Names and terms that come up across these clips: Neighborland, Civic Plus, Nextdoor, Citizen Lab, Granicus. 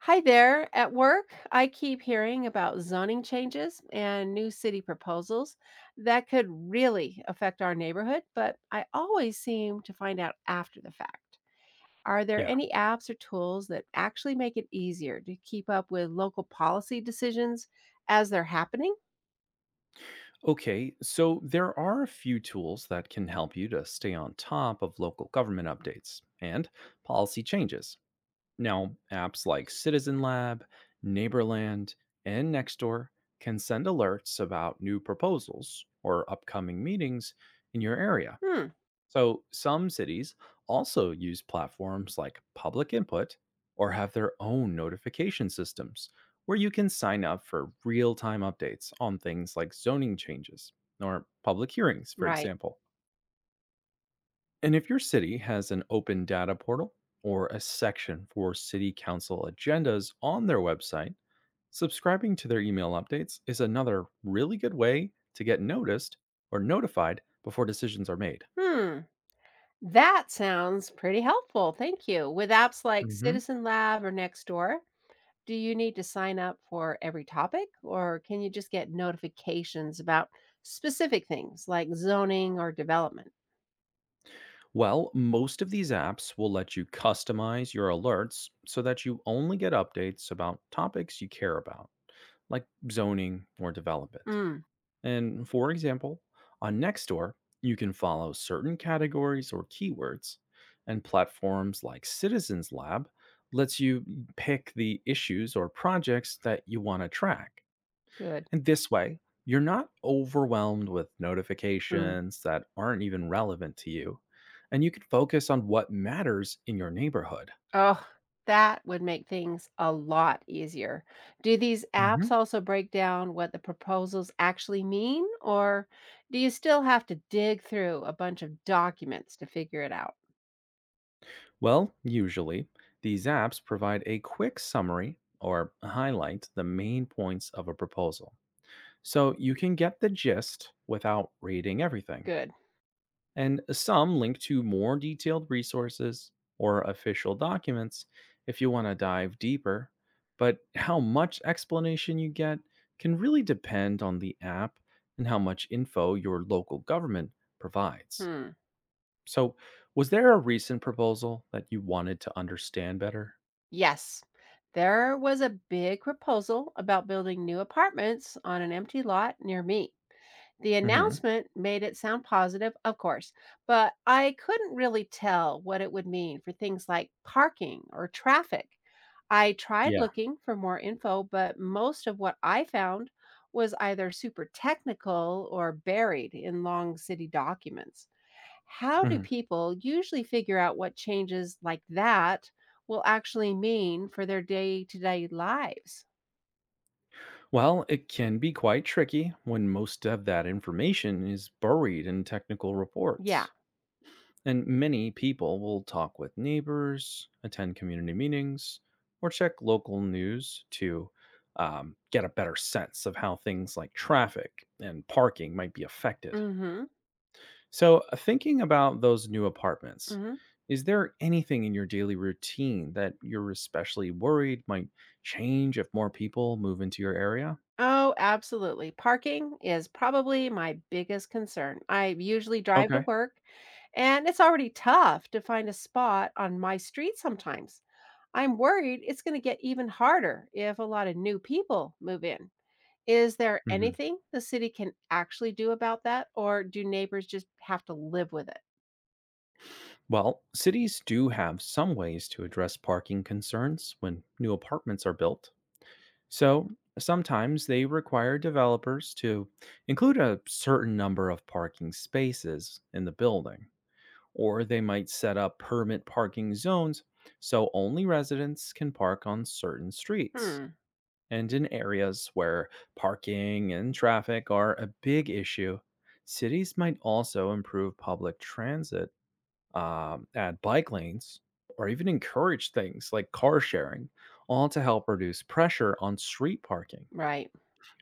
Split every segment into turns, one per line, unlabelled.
Hi there. At work, I keep hearing about zoning changes and new city proposals that could really affect our neighborhood, but I always seem to find out after the fact. Are there
Yeah.
any apps or tools that actually make it easier to keep up with local policy decisions as they're happening?
Okay. So there are a few tools that can help you to stay on top of local government updates and policy changes. Now, apps like Citizen Lab, Neighborland, and Nextdoor can send alerts about new proposals or upcoming meetings in your area.
Hmm,
So, some cities also use platforms like public input or have their own notification systems where you can sign up for real time updates on things like zoning changes or public hearings, for
right.
example. And if your city has an open data portal or a section for city council agendas on their website, subscribing to their email updates is another really good way to get noticed or notified before decisions are made.
Hmm. That sounds pretty helpful. Thank you. With apps like
Mhm.
Citizen Lab or Nextdoor, do you need to sign up for every topic, or can you just get notifications about specific things like zoning or development?
Well, most of these apps will let you customize your alerts so that you only get updates about topics you care about, like zoning or development.
Mm,
And for example, on Nextdoor, you can follow certain categories or keywords, and platforms like Citizens Lab lets you pick the issues or projects that you want to track.
good.
And this way, you're not overwhelmed with
Mm.
notifications that aren't even relevant to you, and you can focus on what matters in your neighborhood.
Oh, that would make things a lot easier. Do these
hmm
apps also break down what the proposals actually mean, or do you still have to dig through a bunch of documents to figure it out?
Well, usually, these apps provide a quick summary or highlight the main points of a proposal, so you can get the gist without reading everything.
Good.
And some link to more detailed resources or official documents if you want to dive deeper. But how much explanation you get can really depend on the app and how much info your local government provides.
Hmm.
So, was there a recent proposal that you wanted to understand better?
Yes, there was a big proposal about building new apartments on an empty lot near me. The
hmm
announcement made it sound positive, of course, but I couldn't really tell what it would mean for things like parking or traffic. I tried
Yeah.
looking for more info, but most of what I found was either super technical or buried in long city documents. How do
hmm
people usually figure out what changes like that will actually mean for their day to day lives?
Well, it can be quite tricky when most of that information is buried in technical
Yeah.
reports. And many people will talk with neighbors, attend community meetings, or check local news to get a better sense of how things like traffic and parking might be affected.
Mm-hmm.
So, thinking about those new apartments,
Mm-hmm.
is there anything in your daily routine that you're especially worried might change if more people move into your area?
Oh, absolutely. Parking is probably my biggest concern. I usually drive to
Okay.
work, and it's already tough to find a spot on my street sometimes. I'm worried it's going to get even harder if a lot of new people move in. Is there
Mhm.
anything the city can actually do about that, or do neighbors just have to live with it?
Well, cities do have some ways to address parking concerns when new apartments are built. So sometimes they require developers to include a certain number of parking spaces in the building, or they might set up permit parking zones so only residents can park on certain streets
Hmm.
and in areas where parking and traffic are a big issue. Cities might also improve public transit, add bike lanes, or even encourage things like car sharing, all to help reduce pressure on street parking.
Right.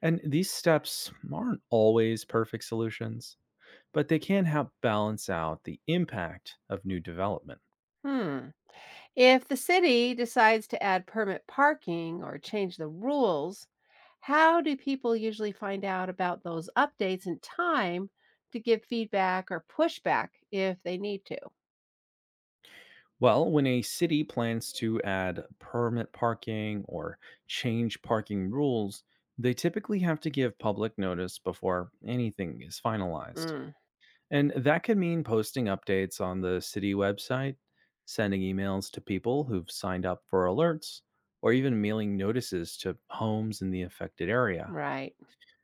And these steps aren't always perfect solutions, but they can help balance out the impact of new development.
Hmm. If the city decides to add permit parking or change the rules, how do people usually find out about those updates in time to give feedback or pushback if they need to?
Well, when a city plans to add permit parking or change parking rules, they typically have to give public notice before anything is finalized.
Mm,
And that could mean posting updates on the city website, sending emails to people who've signed up for alerts, or even mailing notices to homes in the affected area.
right.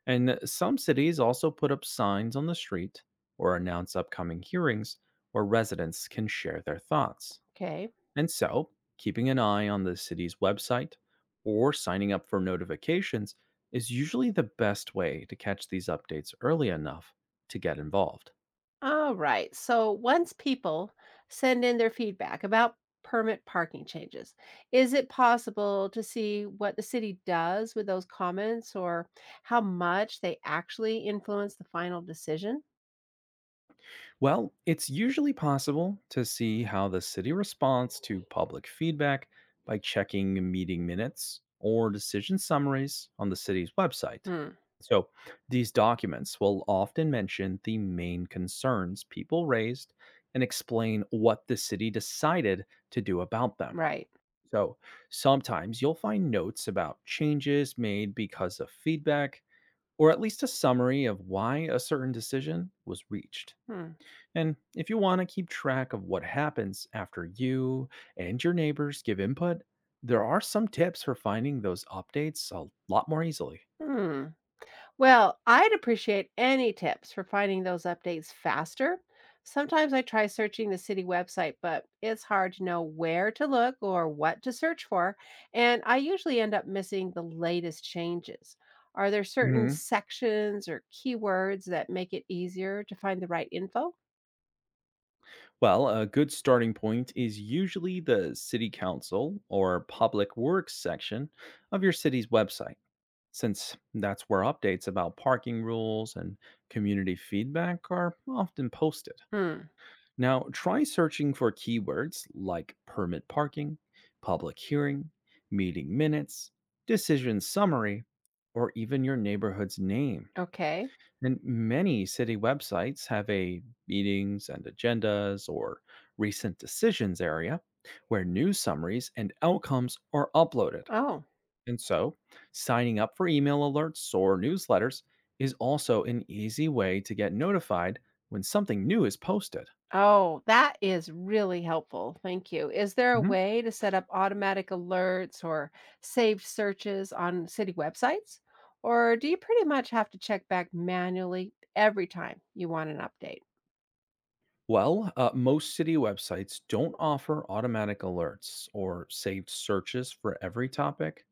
And some cities also put up signs on the street or announce upcoming hearings where residents can share their thoughts.
Okay.
And so, keeping an eye on the city's website or signing up for notifications is usually the best way to catch these updates early enough to get involved.
All right. So once people send in their feedback about permit parking changes, is it possible to see what the city does with those comments or how much they actually influence the final decision?
Well, it's usually possible to see how the city responds to public feedback by checking meeting minutes or decision summaries on the city's website.
Hmm.
So, these documents will often mention the main concerns people raised and explain what the city decided to do about them.
Right.
So, sometimes you'll find notes about changes made because of feedback, or at least a summary of why a certain decision was reached.
Hmm.
And if you want to keep track of what happens after you and your neighbors give input, there are some tips for finding those updates a lot more easily.
Hmm. Well, I'd appreciate any tips for finding those updates faster. Sometimes I try searching the city website, but it's hard to know where to look or what to search for, and I usually end up missing the latest changes. Are there certain
hmm
sections or keywords that make it easier to find the right info?
Well, a good starting point is usually the city council or public works section of your city's website, since that's where updates about parking rules and community feedback are often posted.
Hmm.
Now, try searching for keywords like permit parking, public hearing, meeting minutes, decision summary, or even your neighborhood's name.
Okay.
And many city websites have a meetings and agendas or recent decisions area where news summaries and outcomes are uploaded.
Oh,
And so, signing up for email alerts or newsletters is also an easy way to get notified when something new is posted.
oh, that is really helpful. Thank you. Is there a
Mhm.
way to set up automatic alerts or saved searches on city websites? Or do you pretty much have to check back manually every time you want an update?
Well, most city websites don't offer automatic alerts or saved searches for every topic,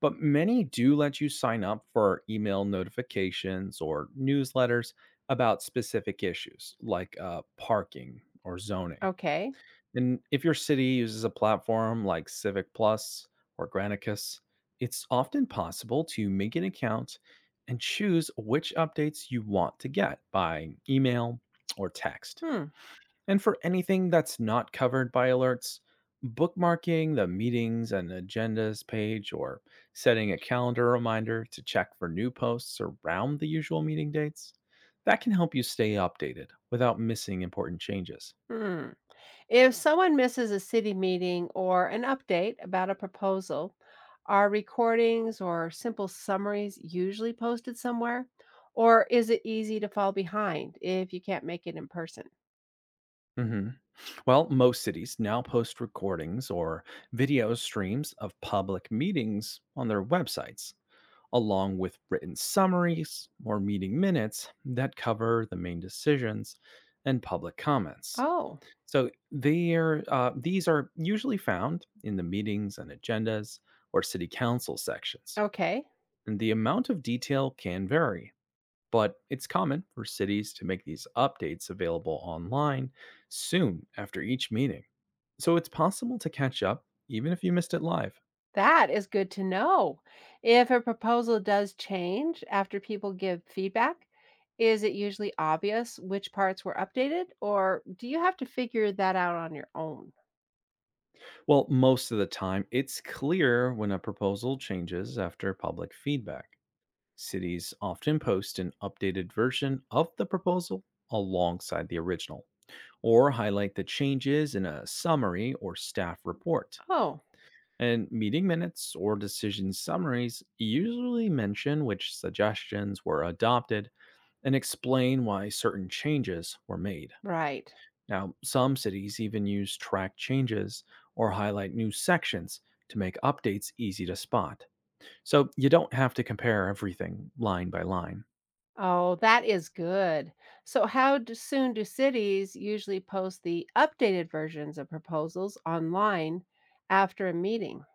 but many do let you sign up for email notifications or newsletters about specific issues like parking or zoning.
Okay.
And if your city uses a platform like Civic Plus or Granicus, it's often possible to make an account and choose which updates you want to get by email or text.
Hmm.
And for anything that's not covered by alerts, bookmarking the meetings and agendas page or setting a calendar reminder to check for new posts around the usual meeting dates, that can help you stay updated without missing important changes.
Hmm. If someone misses a city meeting or an update about a proposal, are recordings or simple summaries usually posted somewhere? Or is it easy to fall behind if you can't make it in person?
Mhm. Well, most cities now post recordings or video streams of public meetings on their websites, along with written summaries or meeting minutes that cover the main decisions and public comments.
Oh.
So these are usually found in the meetings and agendas or city council sections.
Okay,
And the amount of detail can vary, but it's common for cities to make these updates available online soon after each meeting. So it's possible to catch up even if you missed it live.
that is good to know. If a proposal does change after people give feedback, is it usually obvious which parts were updated, or do you have to figure that out on your own?
Well, most of the time, it's clear when a proposal changes after public feedback. Cities often post an updated version of the proposal alongside the original, or highlight the changes in a summary or staff report.
Oh,
And meeting minutes or decision summaries usually mention which suggestions were adopted and explain why certain changes were made.
right.
Now, some cities even use track changes or highlight new sections to make updates easy to spot. So you don't have to compare everything line by line.
Oh, that is good. So, soon do cities usually post the updated versions of proposals online after a meeting?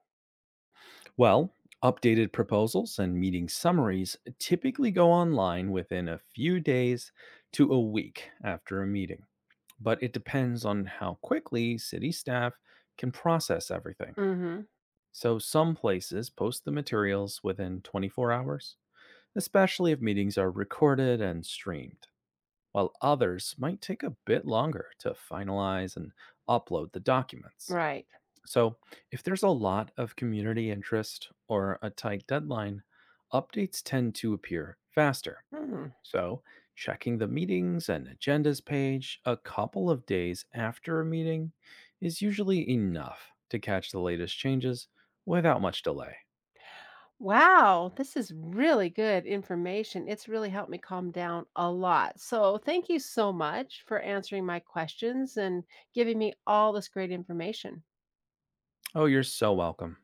Well, updated proposals and meeting summaries typically go online within a few days to a week after a meeting, but it depends on how quickly city staff can process everything.
Mm-hmm.
So, some places post the materials within 24 hours, especially if meetings are recorded and streamed, while others might take a bit longer to finalize and upload the documents.
Right.
So, if there's a lot of community interest or a tight deadline, updates tend to appear faster.
Hmm.
So, checking the meetings and agendas page a couple of days after a meeting is usually enough to catch the latest changes without much delay.
Wow, this is really good information. It's really helped me calm down a lot. So, thank you so much for answering my questions and giving me all this great information.
Oh, you're so welcome.